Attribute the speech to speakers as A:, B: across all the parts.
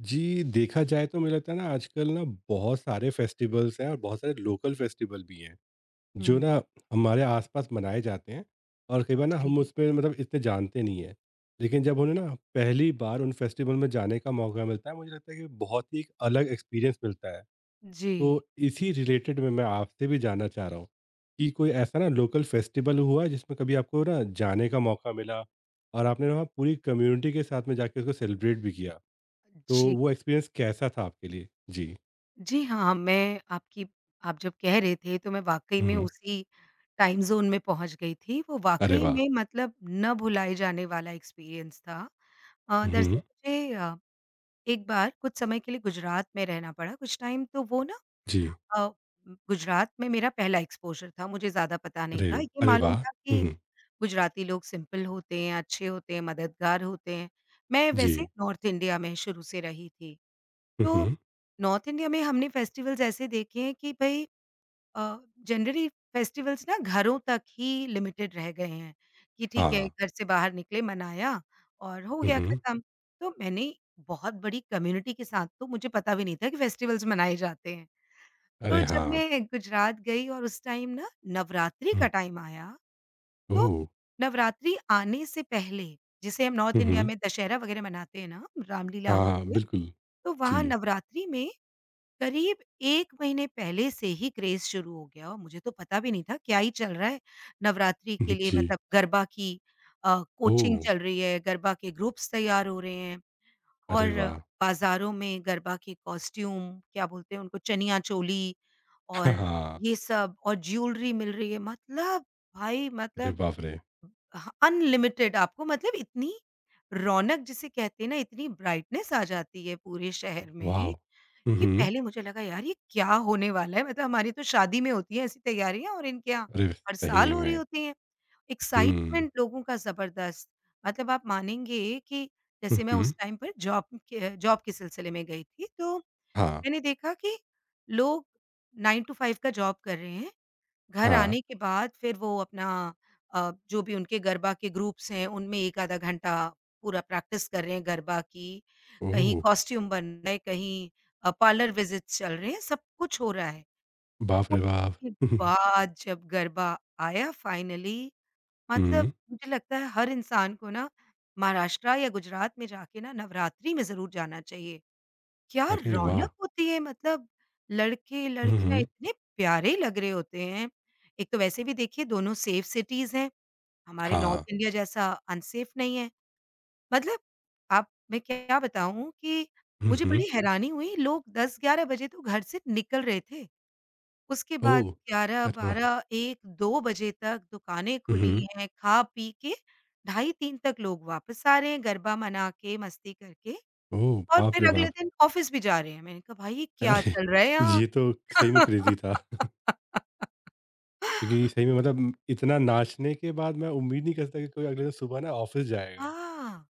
A: जी, देखा जाए तो मुझे लगता है ना, आजकल ना बहुत सारे फेस्टिवल्स हैं और बहुत सारे लोकल फेस्टिवल भी हैं, जो
B: हुँ,
A: ना हमारे आसपास मनाए जाते हैं। और कई बार ना हम
B: जी,
A: उसमें मतलब इतने जानते नहीं हैं। लेकिन जब उन्हें ना पहली बार उन फेस्टिवल में जाने का मौका मिलता है, मुझे लगता है कि बहुत ही एक अलग एक्सपीरियंस मिलता है। तो
B: जी,
A: इसी रिलेटेड में मैं आपसे भी जानना चाह रहा हूँ, कि कोई ऐसा ना लोकल फेस्टिवल हुआ है जिसमें कभी आपको ना जाने का मौका मिला और आपने वहाँ पूरी कम्युनिटी के साथ में जाके उसको सेलिब्रेट भी किया? तो
B: जी।
A: वो एक्सपीरियंस कैसा था आपके लिए? जी।
B: जी हाँ, मैं आपकी आप जब कह रहे थे तो मैं वाक़ई में
A: हुँ,
B: उसी टाइम ज़ोन में पहुँच गई थी। वो
A: अरे
B: वाक़ई
A: वाह!
B: में मतलब ना भुलाए जाने वाला एक्सपीरियंस था। दरअसल
A: हुँ,
B: मुझे एक बार कुछ समय के लिए गुजरात में रहना पड़ा कुछ टाइम तो वो ना
A: जी।
B: अ, गुजरात में मेरा पहला एक्सपोज़र था, मुझे ज़्यादा पता नहीं
A: अरे,
B: था। ये
A: अरे
B: मालूम
A: वाह!
B: था कि
A: हुँ,
B: गुजराती लोग सिंपल होते हैं, अच्छे होते हैं, मददगार होते हैं। मैं वैसे
A: जी।
B: नॉर्थ इंडिया में शुरू से रही थी। तो
A: हुँ,
B: नॉर्थ इंडिया में हमने फेस्टिवल्स ऐसे देखे हैं कि भई अ, जनरली फेस्टिवल्स ना घरों तक ही लिमिटेड रह गए हैं, कि ठीक है
A: हाँ।
B: घर से बाहर निकले, मनाया और हो गया
A: हुँ,
B: खत्म। तो मैंने बहुत बड़ी कम्युनिटी के साथ तो मुझे पता भी नहीं था कि फेस्टिवल्स मनाए जाते हैं। तो
A: अरे
B: जब
A: हाँ।
B: मैं गुजरात गई और उस टाइम ना नवरात्रि का
A: हुँ,
B: टाइम आया, तो
A: ओह!
B: नवरात्रि आने से पहले, जिसे हम नॉर्थ इंडिया
A: हुँ,
B: में दशहरा वगैरह मनाते हैं ना, रामलीला
A: हाँ,
B: होती है,
A: बिल्कुल।
B: तो वहाँ
A: जी,
B: नवरात्रि में करीब 1 महीने पहले से ही क्रेज़ शुरू हो गया और मुझे तो पता भी नहीं था क्या ही चल रहा है। नवरात्रि के लिए
A: जी।
B: मतलब गरबा की कोचिंग
A: ओह!
B: चल रही है, गरबा के ग्रुप्स तैयार हो रहे हैं
A: अरे
B: और
A: वाह!
B: बाज़ारों में गरबा के कॉस्ट्यूम क्या बोलते हैं उनको चनिया चोली
A: हाँ,
B: और
A: हाँ,
B: ये सब और ज्वेलरी मिल रही है मतलब भाई
A: अरे
B: मतलब
A: बाप रे!
B: ह अनलिमिटेड आपको मतलब इतनी रौनक जिसे कहते हैं ना इतनी ब्राइटनेस आ जाती है पूरे शहर
A: वॉव!
B: में कि
A: हुँ,
B: पहले मुझे लगा यार ये क्या होने वाला है मतलब हमारी तो शादी में होती है ऐसी तैयारियाँ और इनके यहाँ
A: अरे
B: हर साल
A: सही
B: हो रही
A: में।
B: होती हैं।
A: हुँ,
B: एक्साइटमेंट लोगों का ज़बरदस्त, मतलब आप मानेंगे कि जैसे मैं
A: हुँ,
B: उस टाइम पर जॉब के सिलसिले में गई थी तो
A: हाँ,
B: मैंने देखा कि लोग 9 टू 5 का जॉब कर रहे हैं। घर
A: हाँ।
B: आने के बाद फिर वो अपना जो भी उनके गरबा के ग्रुप्स हैं उनमें 1 आधा घंटा पूरा प्रैक्टिस कर रहे हैं गरबा की। कहीं
A: ओह!
B: कॉस्ट्यूम बन रहा है, कहीं पार्लर विज़िट्स चल रहे हैं, सब कुछ हो रहा है।
A: बाप रे बाप!
B: उसके बाद जब गरबा आया फाइनली
A: हुँ,
B: मतलब मुझे लगता है हर इंसान को ना महाराष्ट्र या गुजरात में जाके ना नवरात्रि में ज़रूर जाना चाहिए। क्या
A: अरे वाह!
B: रौनक होती है मतलब लड़के-लड़कियाँ
A: हुँ,
B: इतने प्यारे लग रहे होते हैं। एक तो वैसे भी देखिए दोनों सेफ सिटीज़ हैं, हमारे नॉर्थ
A: हाँ।
B: इंडिया जैसा अनसेफ नहीं है। मतलब आप मैं क्या बताऊँ कि
A: हुँ,
B: मुझे
A: हुँ।
B: बड़ी हैरानी हुई लोग 10-11 बजे तो घर से निकल रहे थे। उसके बाद
A: ओह! अरे वाह!
B: 11-12-1-2 बजे तक दुकानें
A: हुँ,
B: खुली हैं, खा-पी के ढाई 3 तक लोग वापस आ रहे हैं गरबा मना के, मस्ती करके।
A: ओह,
B: और
A: बाप
B: फिर
A: रे
B: अगले
A: बाप!
B: दिन ऑफ़िस भी जा रहे हैं। मैंने कहा भाई ये क्या
A: अरे!
B: चल रहा है यहाँ?
A: ये तो सही में क्रेज़ी था। क्योंकि सही में मतलब इतना नाचने के बाद मैं उम्मीद नहीं कर सकता कि कोई अगले दिन सुबह ना ऑफ़िस जाएगा।
B: हाँ,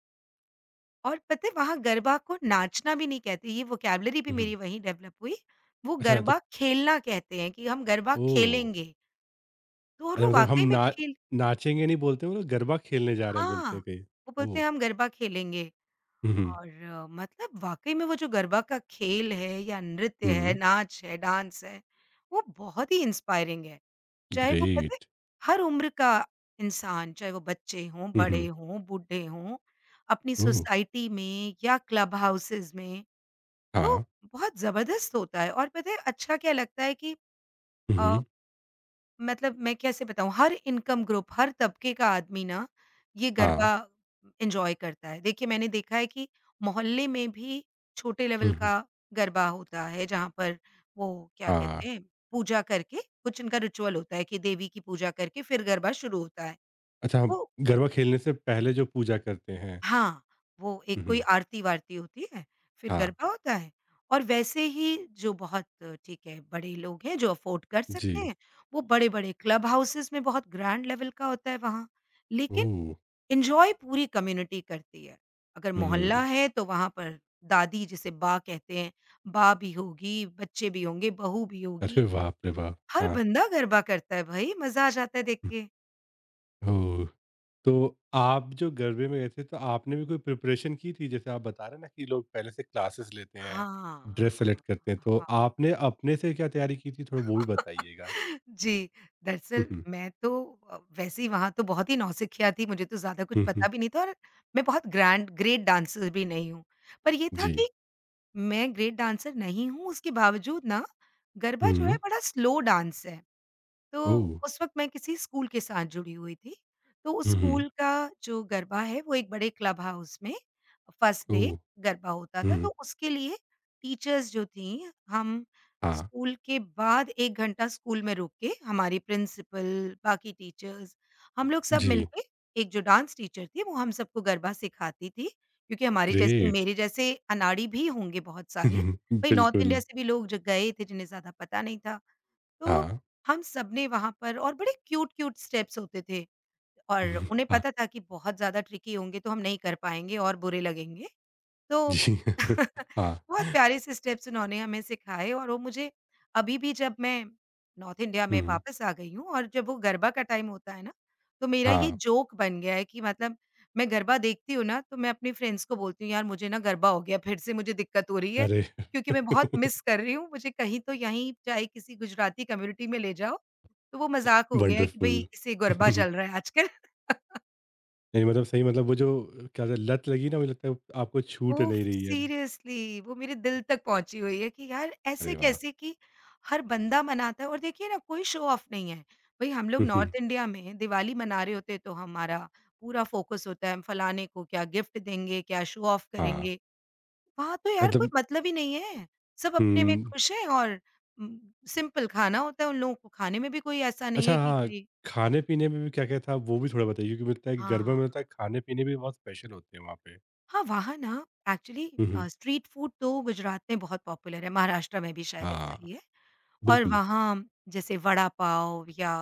B: और पता है वहाँ गरबा को नाचना भी नहीं कहते, ये वोकैब्युलरी भी
A: हुँ, हुँ।
B: मेरी वहीं डेवलप हुई। वो
A: अच्छा, तो
B: गरबा खेलना कहते हैं कि हम गरबा
A: ओह!
B: खेलेंगे, तो और
A: अच्छा,
B: वो
A: मतलब हम
B: वाक़ई में
A: ना
B: खेल
A: नाचेंगे नहीं बोलते, वो लोग गरबा खेलने जा रहे हैं
B: हाँ,
A: बोलते हैं कहीं।
B: वो बोलते
A: ओह!
B: हैं हम गरबा खेलेंगे
A: हुँ, हुँ,
B: और मतलब वाक़ई में वो जो गरबा का खेल है या नृत्य है,
A: हुँ,
B: नाच है, डांस है, वो बहुत ही इंस्पायरिंग है। चाहे वो पता है
A: ग्रेट।
B: हर उम्र का इंसान, चाहे वो बच्चे हों,
A: हुँ,
B: बड़े
A: हुँ,
B: हों, बूढ़े हों, अपनी
A: ओह!
B: सोसाइटी में या क्लब हाउसेज़ में, तो
A: हाँ।
B: बहुत ज़बरदस्त होता है और पता है अच्छा क्या लगता है कि
A: हुँ,
B: अ
A: हुँ,
B: मतलब मैं कैसे बताऊँ, हर इनकम ग्रुप, हर तबके का आदमी ना ये
A: हाँ।
B: गरबा एन्जॉय करता है। देखिए, मैंने देखा है कि मोहल्ले में भी छोटे
A: हुँ,
B: लेवल
A: हुँ,
B: का गरबा होता है, जहाँ पर वो क्या
A: हाँ।
B: कहते हैं, पूजा करके कुछ इनका रिचुअल होता है कि देवी की पूजा करके फिर गरबा शुरू होता है।
A: अच्छा, हम
B: वो
A: गरबा खेलने से पहले जो पूजा करते हैं।
B: हाँ, वो एक
A: हुँ,
B: कोई
A: हुँ,
B: आरती-वारती होती है, फिर
A: हाँ।
B: गरबा होता है और वैसे ही जो बहुत ठीक है, बड़े लोग हैं जो अफ़ोर्ड कर
A: जी,
B: सकते हैं, वो बड़े-बड़े क्लब हाउसेज़ में बहुत ग्रैंड लेवल का होता है वहाँ, लेकिन
A: ओह!
B: एन्जॉय पूरी कम्युनिटी करती है। अगर मोहल्ला
A: हुँ।
B: है तो वहाँ पर दादी जिसे बा कहते हैं, बा भी होगी, बच्चे भी होंगे, बहू भी
A: अरे
B: होगी,
A: बाप रे बाप!
B: हर
A: हाँ।
B: बंदा गरबा करता है भई, मज़ा आ जाता है देख के।
A: ओह! तो आप जो गरबे में गए थे तो आपने भी कोई प्रिपरेशन की थी? जैसे आप बता रहे हैं ना कि लोग पहले से क्लासेस लेते हैं,
B: हाँ,
A: ड्रेस
B: हाँ,
A: सेलेक्ट करते हैं, तो
B: हाँ।
A: आपने अपने से क्या तैयारी की थी, थोड़ा वो भी बताइएगा?
B: जी,
A: हुँ,
B: दरअसल
A: हुँ।
B: मैं तो वैसे ही वहाँ तो बहुत ही नौसिखिया थी, मुझे तो ज़्यादा कुछ
A: हुँ, हुँ।
B: पता भी नहीं था और मैं बहुत ग्रैंड ग्रेट डांसर भी नहीं हूँ। पर ये था
A: जी।
B: कि मैं ग्रेट डांसर नहीं हूँ, उसके बावजूद ना गरबा जो है
A: हुँ।
B: बड़ा स्लो डांस है। तो
A: ओह!
B: उस वक़्त मैं किसी स्कूल के साथ जुड़ी हुई थी। तो उस
A: हुँ, हुँ।
B: स्कूल का जो गरबा है वो एक बड़े क्लब हाउस में फर्स्ट डे
A: ओह!
B: गरबा होता था।
A: हुँ।
B: तो उसके लिए टीचर्स जो थीं, हम
A: हाँ।
B: स्कूल के बाद 1 घंटा स्कूल में रुक के हमारी प्रिंसिपल, बाकी टीचर्स, हम लोग सब
A: जी।
B: मिलके एक जो डांस टीचर थी वो हम सबको गरबा सिखाती थी। क्योंकि हमारे जैसे
A: ग्रेट!
B: मेरे जैसे अनाड़ी भी होंगे बहुत सारे।
A: हम्म,
B: भई नॉर्थ
A: बिल्कुल।
B: इंडिया से भी लोग जो गए थे जिन्हें ज़्यादा पता नहीं था। तो
A: हाँ।
B: हम सबने वहाँ पर और बड़े क्यूट-क्यूट स्टेप्स होते थे। और उन्हें
A: हाँ।
B: पता था कि बहुत ज़्यादा ट्रिकी होंगे तो हम नहीं कर पाएँगे और बुरे लगेंगे। तो
A: जी। हाँ।
B: बहुत प्यारे से स्टेप्स उन्होंने हमें सिखाए और वो मुझे अभी भी जब मैं नॉर्थ इंडिया में
A: हुँ।
B: वापस आ गई हूँ और जब वो गरबा का टाइम होता है ना, तो मेरा ये
A: हाँ।
B: जोक बन गया है कि मतलब मैं गरबा देखती हूँ ना, तो मैं अपनी फ्रेंड्स को बोलती हूँ यार मुझे ना गरबा हो गया फिर से मुझे दिक्कत हो रही है,
A: अरे!
B: क्योंकि मैं बहुत मिस कर रही हूँ। मुझे कहीं तो यहीं चाहे किसी गुजराती कम्युनिटी में ले जाओ, तो वो मज़ाक हो गया है कि भई
A: वंडरफुल!
B: इसे गरबा चल रहा है आजकल।
A: नहीं, मतलब सही, मतलब वो जो क्या कहते हैं, लत लगी, ना? मुझे लगता है आपको छूट
B: ओह!
A: नहीं रही है।
B: सीरियसली वो मेरे दिल तक पहुँची हुई है कि यार
A: अरे
B: ऐसे
A: वाह!
B: कैसे कि हर बंदा मनाता है और देखिए ना कोई शो ऑफ नहीं है। भई हम लोग
A: हुँ, हुँ।
B: नॉर्थ इंडिया में दिवाली मना रहे होते हैं तो हमारा पूरा फ़ोकस होता है हम फलाने को क्या गिफ्ट देंगे, क्या शो ऑफ
A: हाँ,
B: करेंगे। वहाँ तो यार कोई
A: मतलब
B: मतलब ही नहीं है। सब अपने में
A: हुँ,
B: खुश हैं और उम, सिंपल खाना होता है उन लोगों को खाने में भी कोई ऐसा नहीं
A: अच्छा
B: है कि
A: हाँ,
B: भई
A: खाने-पीने में भी क्या-क्या था वो भी थोड़ा बताइए, क्योंकि मिलता है कि गरबा
B: हाँ।
A: में होता है खाने-पीने भी बहुत स्पेशल होते हैं वहाँ पे।
B: हाँ, वहाँ ना एक्चुअली
A: हुँ, हुँ।
B: स्ट्रीट फूड तो गुजरात में बहुत पॉपुलर है, महाराष्ट्र में भी शायद ऐसा
A: हाँ,
B: ही है। और
A: बिल्कुल।
B: वहाँ जैसे वड़ा पाव या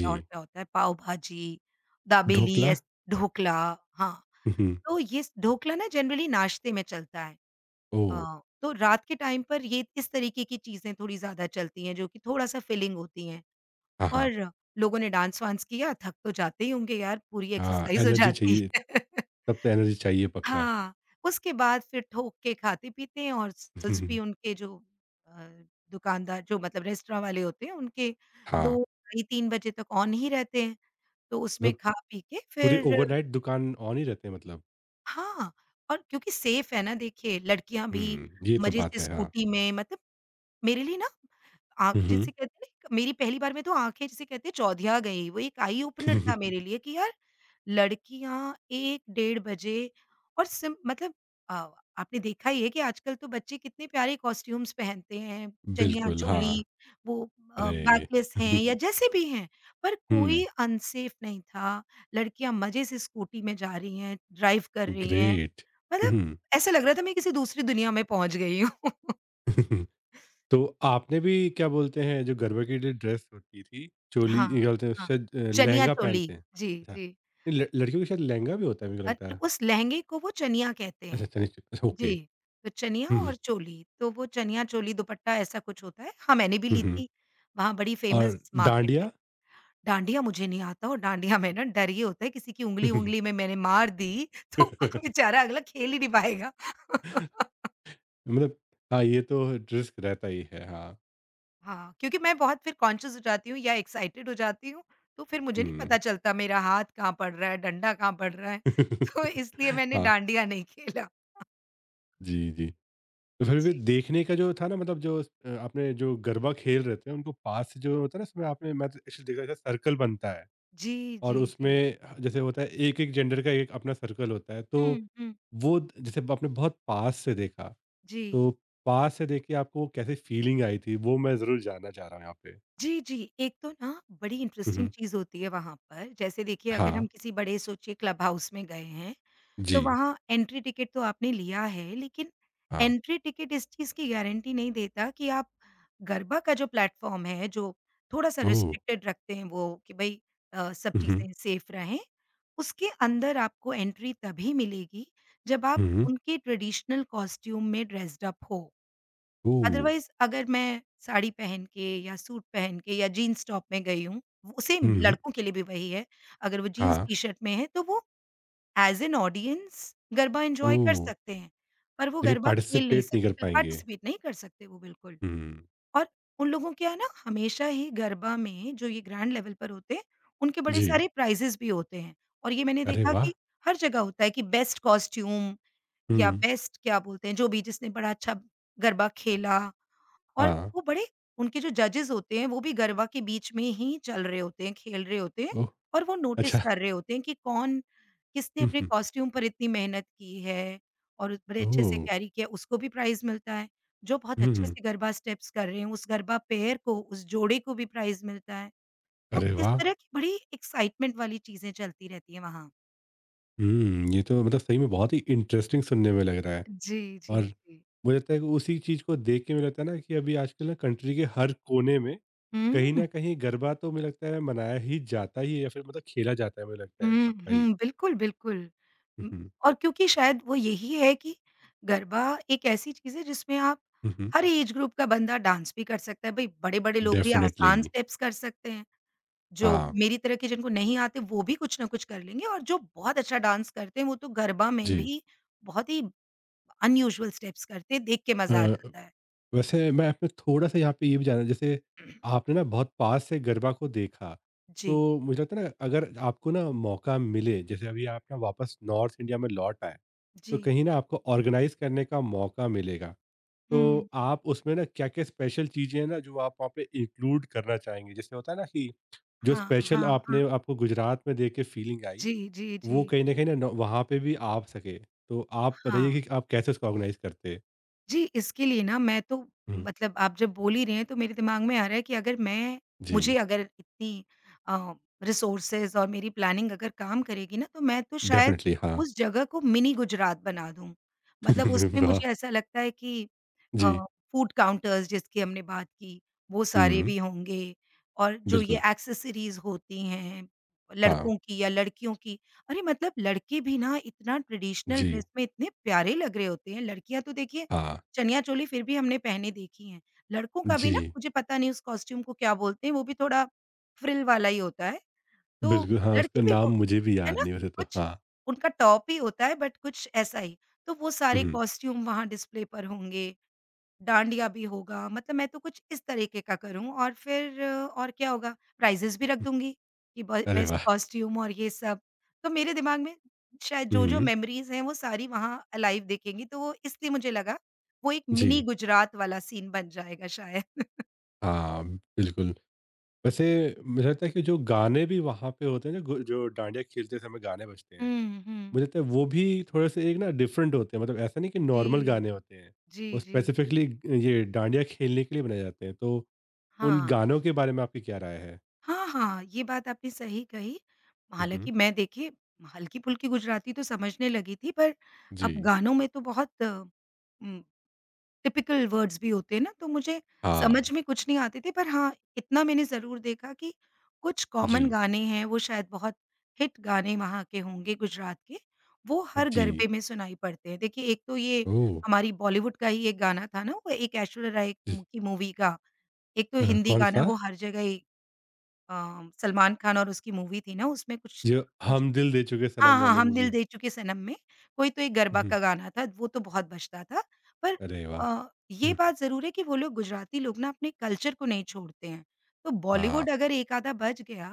B: क्या- और क्या होता है पाव भाजी, दाबेली
A: ढोकला?
B: एस ढोकला हाँ,
A: हुँ, हुँ।
B: तो ये स ढोकला ना जनरली नाश्ते में चलता है।
A: ओह!
B: तो रात के टाइम पर ये इस तरीके की चीज़ें थोड़ी ज़्यादा चलती हैं जो कि थोड़ा-सा फिलिंग होती हैं
A: हाँ, हाँ।
B: और लोगों ने डांस-वांस किया, थक तो जाते ही होंगे यार, पूरी
A: हाँ,
B: एक्सरसाइज़ हो
A: एनर्जी
B: जाती
A: चाहिए,
B: है।
A: तब तो एनर्जी चाहिए पक्का।
B: हाँ, उसके बाद फिर ठोक के खाते-पीते हैं और
A: हुँ,
B: सेल्स भी
A: हुँ।
B: उनके जो अ, दुकानदार जो मतलब रेस्तरां वाले होते हैं उनके
A: हाँ,
B: 2 ढाई 3 बजे तक ऑन ही रहते हैं, तो उसमें
A: मतलब
B: खा-पी के
A: पूरे
B: फिर
A: ओवरनाइट दुकान ऑन ही रहते हैं मतलब।
B: हाँ, और क्योंकि सेफ है ना देखिए लड़कियाँ भी
A: हुँ, ये तो
B: मज़े
A: बात
B: से
A: है, हाँ।
B: स्कूटी में मतलब मेरे लिए ना
A: हुँ,
B: आँख जिसे
A: हुँ।
B: कहते हैं ना मेरी पहली बार में तो आँखें जिसे कहते हैं चौधिया गई, वो एक आई ओपनर था मेरे लिए कि यार लड़कियाँ 1 डेढ़ बजे और सिम मतलब अ, आपने देखा ही है कि आजकल तो बच्चे कितने प्यारे कॉस्ट्यूम्स पहनते हैं,
A: बिल्कुल, हाँ।
B: चनिया-चोली वो
A: अरे!
B: बैकलेस हैं या जैसे भी हैं, पर कोई
A: हुँ,
B: अनसेफ नहीं था। लड़कियाँ मज़े से स्कूटी में जा रही हैं, ड्राइव कर रही हैं,
A: ग्रेट।
B: मतलब
A: हुँ।
B: ऐसा लग रहा था मैं किसी दूसरी दुनिया में पहुँच गई हूँ।
A: तो आपने भी क्या बोलते हैं जो गरबा के लिए ड्रेस होती थी, चोली
B: हाँ,
A: क्या बोलते हैं
B: हाँ।
A: शायद,
B: चनिया
A: लहंगा
B: चोली।
A: पहनते हैं।
B: जी,
A: अच्छा,
B: जी।
A: नहीं, ल लड़कियों के शायद लहंगा भी होता है, मेरे को
B: अ,
A: लगता है।
B: उस लहंगे को वो चनिया कहते
A: अच्छा,
B: हैं।
A: अच्छा, नहीं अच्छा,
B: जी,
A: ओके।
B: तो चनिया
A: हुँ, हुँ,
B: और चोली, तो वो चनिया चोली दुपट्टा ऐसा कुछ होता है। हाँ, मैंने भी
A: हुँ,
B: ली
A: हुँ।
B: थी, वहाँ बड़ी
A: और
B: फ़ेमस मार्केट है।
A: डाँडिया?
B: डांडिया मुझे नहीं आता और डांडिया में ना डर ये होता है किसी की ऊँगली-ऊँगली में मैंने मार दी, तो बेचारा अगला खेल ही नहीं पाएगा।
A: मतलब हाँ, ये तो रिस्क रहता ही है, हाँ।
B: हाँ, क्योंकि मैं बहुत फिर कॉन्शियस हो जाती हूँ या एक्साइटेड हो जाती हूँ, तो फिर मुझे नहीं
A: हुँ।
B: पता चलता मेरा हाथ कहाँ पड़ रहा है, डंडा कहाँ पड़ रहा है, तो इसलिए मैंने
A: हाँ,
B: डांडिया नहीं खेला।
A: जी, जी। तो फिर भी
B: जी।
A: देखने का जो था ना, मतलब जो आपने जो गरबा खेल रहे थे उनको पास से जो होता है ना, उसमें आपने, मैं तो actually देखा था, सर्कल बनता है
B: जी,
A: और
B: जी, जी।
A: उसमें जैसे होता है, एक एक जेंडर का एक अपना सर्कल होता है, तो
B: हुँ, हुँ।
A: जैसे आपने बहुत पास से देखा,
B: जी।
A: तो पास से देख के आपको वो कैसे फीलिंग आई थी, वो मैं जरूर जानना चाह रहा हूँ यहाँ पे।
B: जी। एक तो ना बड़ी इंटरेस्टिंग
A: हम्म,
B: चीज़ होती है वहाँ पर, जैसे देखिए अगर हम
A: हाँ।
B: किसी बड़े सोचिए क्लब हाउस में गए हैं तो
A: जी।
B: वहाँ एंट्री टिकट तो आपने लिया है, लेकिन
A: हाँ।
B: एंट्री टिकट इस चीज़ की गारंटी नहीं देता कि आप गरबा का जो प्लेटफ़ॉर्म है, जो थोड़ा-सा
A: ओ।
B: रिस्ट्रिक्टेड रखते हैं वो कि भई सब
A: हम्म,
B: चीज़ें सेफ़ रहें, उसके अंदर आपको एंट्री तभी मिलेगी जब आप
A: हम्म,
B: उनके ट्रेडिशनल कॉस्ट्यूम में ड्रेस्ड अप हो।
A: ओ।
B: अदरवाइज़ अगर मैं साड़ी पहन के या सूट पहन के या जीन्स टॉप में गई हूँ, वो सेम
A: हम्म,
B: लड़कों के लिए भी वही है, अगर वो जीन्स
A: हाँ,
B: टी-शर्ट में है तो वो एज़ एन ऑडियंस गरबा
A: ओ।
B: एन्जॉय कर सकते हैं, पर वो
A: लेकिन
B: गरबा खेल नहीं
A: पार्टिसिपेट नहीं कर
B: सकते,
A: पाएंगे।
B: पार्टिसिपेट नहीं कर सकते वो बिल्कुल।
A: हम्म,
B: और उन लोगों के यहाँ ना हमेशा ही गरबा में जो ये ग्रैंड लेवल पर होते हैं, उनके बड़े
A: जी।
B: सारे प्राइज़ेज़ भी होते हैं और ये मैंने
A: अरे
B: देखा
A: वाह!
B: कि हर जगह होता है कि बेस्ट कॉस्ट्यूम या
A: हम्म।
B: बेस्ट क्या बोलते हैं, जो भी जिसने बड़ा अच्छा गरबा खेला और
A: हाँ,
B: वो बड़े उनके जो जजेस होते हैं वो भी गरबा के बीच में ही चल रहे होते हैं, खेल रहे होते हैं
A: ओह!
B: और वो नोटिस
A: अच्छा।
B: कर रहे होते हैं कि कौन किसने
A: हुँ,
B: अपने
A: हुँ।
B: कॉस्ट्यूम पर इतनी मेहनत की है और बड़े अच्छे से
A: ओह!
B: कैरी किया, उसको भी प्राइज़ मिलता है। जो बहुत
A: हुँ,
B: अच्छे
A: हुँ।
B: से गरबा स्टेप्स कर रहे हैं, उस गरबा पेयर को, उस जोड़े को भी प्राइज़ मिलता है। तो
A: अरे
B: इस
A: वाह!
B: तरह की बड़ी एक्साइटमेंट वाली चीज़ें चलती रहती हैं वहाँ।
A: हुँ, ये तो मतलब सही में बहुत ही इंटरेस्टिंग सुनने में लग रहा है।
B: जी, जी,
A: और
B: जी।
A: मुझे लगता है कि उसी चीज़ को देख के मुझे लगता है ना, कि अभी आजकल ना कंट्री के हर कोने में कहीं न
B: हुँ।
A: कहीं गरबा तो मुझे लगता है मनाया ही जाता ही है, या फिर मतलब खेला जाता है मुझे लगता है
B: हुँ,
A: पक्का ही।
B: हुँ, बिल्कुल, बिल्कुल।
A: हुँ,
B: उम,
A: हुँ।
B: और क्योंकि शायद वो यही है कि गरबा एक ऐसी चीज़ है जिसमें आप
A: हुँ, हुँ।
B: हर एज ग्रुप का बंदा डांस भी कर सकता है। भई बड़े-बड़े लोग भी
A: डेफ़िनिटली
B: आसान स्टेप्स कर सकते हैं, जो
A: हाँ,
B: मेरी तरह के जिनको नहीं आते वो भी कुछ ना कुछ कर लेंगे और जो बहुत अच्छा डांस करते हैं वो तो गरबा में
A: जी।
B: भी बहुत ही अनयूजुअल स्टेप्स करते हैं, देख के मज़ा आ
A: अ
B: जाता है।
A: वैसे मैं आपने थोड़ा सा यहाँ पे ये भी जाना, जैसे आपने ना बहुत पास से गरबा को देखा,
B: जी,
A: तो मुझे लगता है ना, अगर आपको ना मौका मिले, जैसे अभी आप ना वापस नॉर्थ इंडिया में लौट आए, तो
B: जी।
A: कहीं ना आपको ऑर्गेनाइज करने का मौका मिलेगा, तो
B: हुँ।
A: आप उसमें ना क्या क्या स्पेशल चीज़ें हैं ना जो आप वहाँ पे इंक्लूड करना चाहेंगे, जैसे होता है ना, कि जो
B: हाँ,
A: स्पेशल
B: हाँ,
A: आपने
B: हाँ।
A: आपको गुजरात में देख के फीलिंग आई,
B: जी, जी, जी।
A: वो कहीं ना वहाँ पे भी आ सके, तो आप
B: हाँ।
A: बताइए कि आप कैसे उसको ऑर्गेनाइज करते हैं।
B: जी, इसके लिए ना मैं तो
A: हम्म,
B: मतलब आप जब बोल ही रहे हैं तो मेरे दिमाग में आ रहा है कि अगर मैं
A: जी।
B: मुझे अगर इतनी अ, रिसोर्सेज़ और मेरी प्लानिंग अगर काम करेगी ना तो मैं तो शायद
A: डेफिनेटली हाँ।
B: उस जगह को मिनी गुजरात बना दूँ। मतलब उसमें मुझे
A: वाह!
B: ऐसा लगता है कि अ,
A: जी।
B: फूड काउंटर्स जिसकी हमने बात की, वो सारे
A: हुँ,
B: भी होंगे और जो ये
A: बिल्कुल।
B: एक्सेसरीज़ होती हैं,
A: हाँ,
B: लड़कों की या लड़कियों की अरे! मतलब लड़के भी ना इतना ट्रेडिशनल
A: जी,
B: ड्रेस में इतने प्यारे लग रहे होते हैं, लड़कियाँ तो देखिए
A: हाँ,
B: चनिया-चोली फिर भी हमने पहने देखी हैं। लड़कों का भी ना
A: जी,
B: मुझे पता नहीं उस कॉस्ट्यूम को क्या बोलते हैं, वो भी थोड़ा फ्रिल वाला ही होता है। तो
A: बिल्कुल, हाँ,
B: लड़के
A: उसका
B: भी वो
A: नाम मुझे भी
B: है
A: याद
B: ना?
A: नहीं वैसे तो,
B: कुछ
A: हाँ।
B: उनका टॉप ही होता है बट कुछ ऐसा ही। तो वो सारे
A: हुँ,
B: कॉस्ट्यूम वहाँ डिस्प्ले पर होंगे। डाँडिया भी होगा, मतलब मैं तो कुछ इस तरीके का करूँ और फिर और क्या होगा? प्राइज़ेज़ भी रख दूँगी कि ब
A: अरे
B: बेस्ट
A: वाह!
B: कॉस्ट्यूम और ये सब। तो मेरे दिमाग में शायद जो-जो
A: हुँ,
B: मेमोरीज़ हैं, वो सारी वहाँ अलाइव दिखेंगी, तो वो इसलिए मुझे लगा, वो एक मिनी
A: जी,
B: गुजरात वाला सीन बन जाएगा शायद।
A: हाँ, बिल्कुल। वैसे मुझे लगता है कि जो गाने भी वहाँ पे होते हैं ना, गो जो डांडिया खेलते समय गाने बजते हैं,
B: हुँ, हुँ।
A: मुझे लगता है वो भी थोड़े-से एक ना डिफरेंट होते हैं, मतलब ऐसा नहीं कि
B: जी।
A: नॉर्मल गाने होते हैं,
B: जी,
A: वो
B: जी।
A: स्पेसिफिकली ये डांडिया खेलने के लिए बनाए जाते हैं, तो उन
B: हाँ।
A: गानों के बारे में आपकी क्या राय है?
B: हाँ, हाँ, ये बात आपने सही कही।
A: हुँ, हुँ,
B: हालाँकि मैं देखिए हल्की-फुल्की गुजराती तो समझने लगी थी, पर अब
A: जी,
B: गानों में तो बहुत टिपिकल वर्ड्स भी होते हैं ना, तो मुझे
A: हाँ,
B: समझ में कुछ नहीं आते थे पर हाँ, इतना मैंने ज़रूर देखा कि कुछ
A: जी।
B: कॉमन गाने हैं, वो शायद बहुत हिट गाने वहाँ के होंगे गुजरात के, वो हर
A: जी।
B: गरबे में सुनाई पड़ते हैं। देखिए एक तो ये
A: ओह!
B: हमारी बॉलीवुड का ही एक गाना था ना, वो एक ऐश्वर्या राय
A: जी।
B: मु की मूवी का, एक तो हिंदी गाना
A: कौन-सा?
B: वो हर जगह ही अ, सलमान खान और उसकी मूवी थी ना उसमें कुछ
A: जो
B: मुझे
A: हम दिल दे चुके
B: हाँ,
A: सनम
B: हाँ,
A: वाली
B: हम दिल
A: मूवी?
B: दे चुके सनम में, कोई तो एक गरबा
A: हुँ,
B: का गाना था, वो तो बहुत बजता था। पर
A: अरे वाह!
B: अ, ये
A: हुँ।
B: बात ज़रूर है कि वो लोग गुजराती लोग ना अपने कल्चर को नहीं छोड़ते हैं। तो
A: हाँ।
B: बॉलीवुड अगर एक आधा बज गया,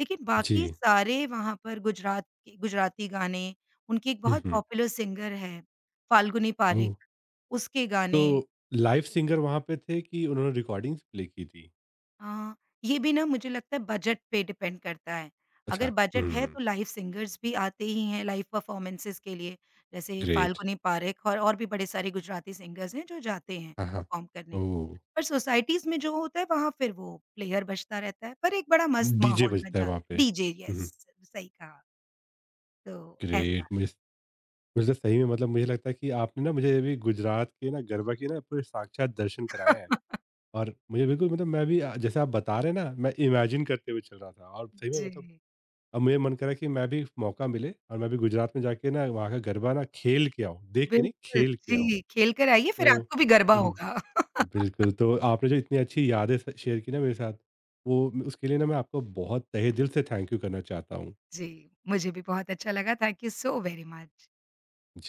B: लेकिन बाकी
A: जी।
B: सारे वहाँ पर गुजरात के गुजराती गाने, उनकी एक
A: हुँ,
B: बहुत
A: हुँ।
B: पॉपुलर सिंगर है, फाल्गुनी
A: ओह!
B: पारिक, उसके
A: तो
B: गाने
A: लाइव सिंगर वहाँ पे थे, कि उन्होंने रिकॉर्डिंग्स प्ले की थी?
B: अ, ये भी ना मुझे लगता है बजट पे डिपेंड करता है।
A: अच्छा।
B: अगर बजट है
A: हुँ,
B: तो लाइव सिंगर्स भी आते ही हैं लाइव परफ़ॉर्मेंसेज़ के लिए। जैसे
A: ग्रेट।
B: फाल्गुनी पारेख और भी बड़े सारे गुजराती सिंगर्स हैं जो जाते हैं
A: हाँ, हाँ।
B: परफ़ॉर्म करने।
A: ओह!
B: पर सोसाइटीज़ में जो होता है वहाँ फिर वो प्लेयर बजता रहता है, पर एक बड़ा मस्त
A: डीजे
B: माहौल बन
A: बजता है
B: जाता
A: वहाँ
B: है।
A: पे।
B: डीजे
A: हुँ, हुँ,
B: यस, सही कहा। तो ऐसा।
A: ग्रेट। मुझे मुझे तो सही में मतलब मुझे लगता है कि आपने ना मुझे अभी गुजरात के ना गरबा के ना पूरे साक्षात दर्शन कराए हैं। और मुझे बिल्कुल, मतलब मैं भी जैसे आप बता रहे हैं ना, मैं इमेजिन करते हुए चल रहा था, और सही में मतलब
B: जी,
A: अब मुझे मन करा कि मैं भी मौका मिले और मैं भी गुजरात में जाके ना वहाँ का गरबा ना खेल के आऊँ, देख के नहीं,
B: बिल्कुल।
A: खेल के आऊँ।
B: जी, खेल कर आइए फिर
A: तो
B: आपको भी गरबा
A: हम्म,
B: होगा।
A: बिल्कुल, तो आपने जो इतनी अच्छी यादें शेयर की ना मेरे साथ, वो, उसके लिए ना मैं आपको बहुत तहे दिल से थैंक यू करना चाहता हूँ।
B: जी, मुझे भी बहुत अच्छा लगा। Thank you so very much.
A: Ji.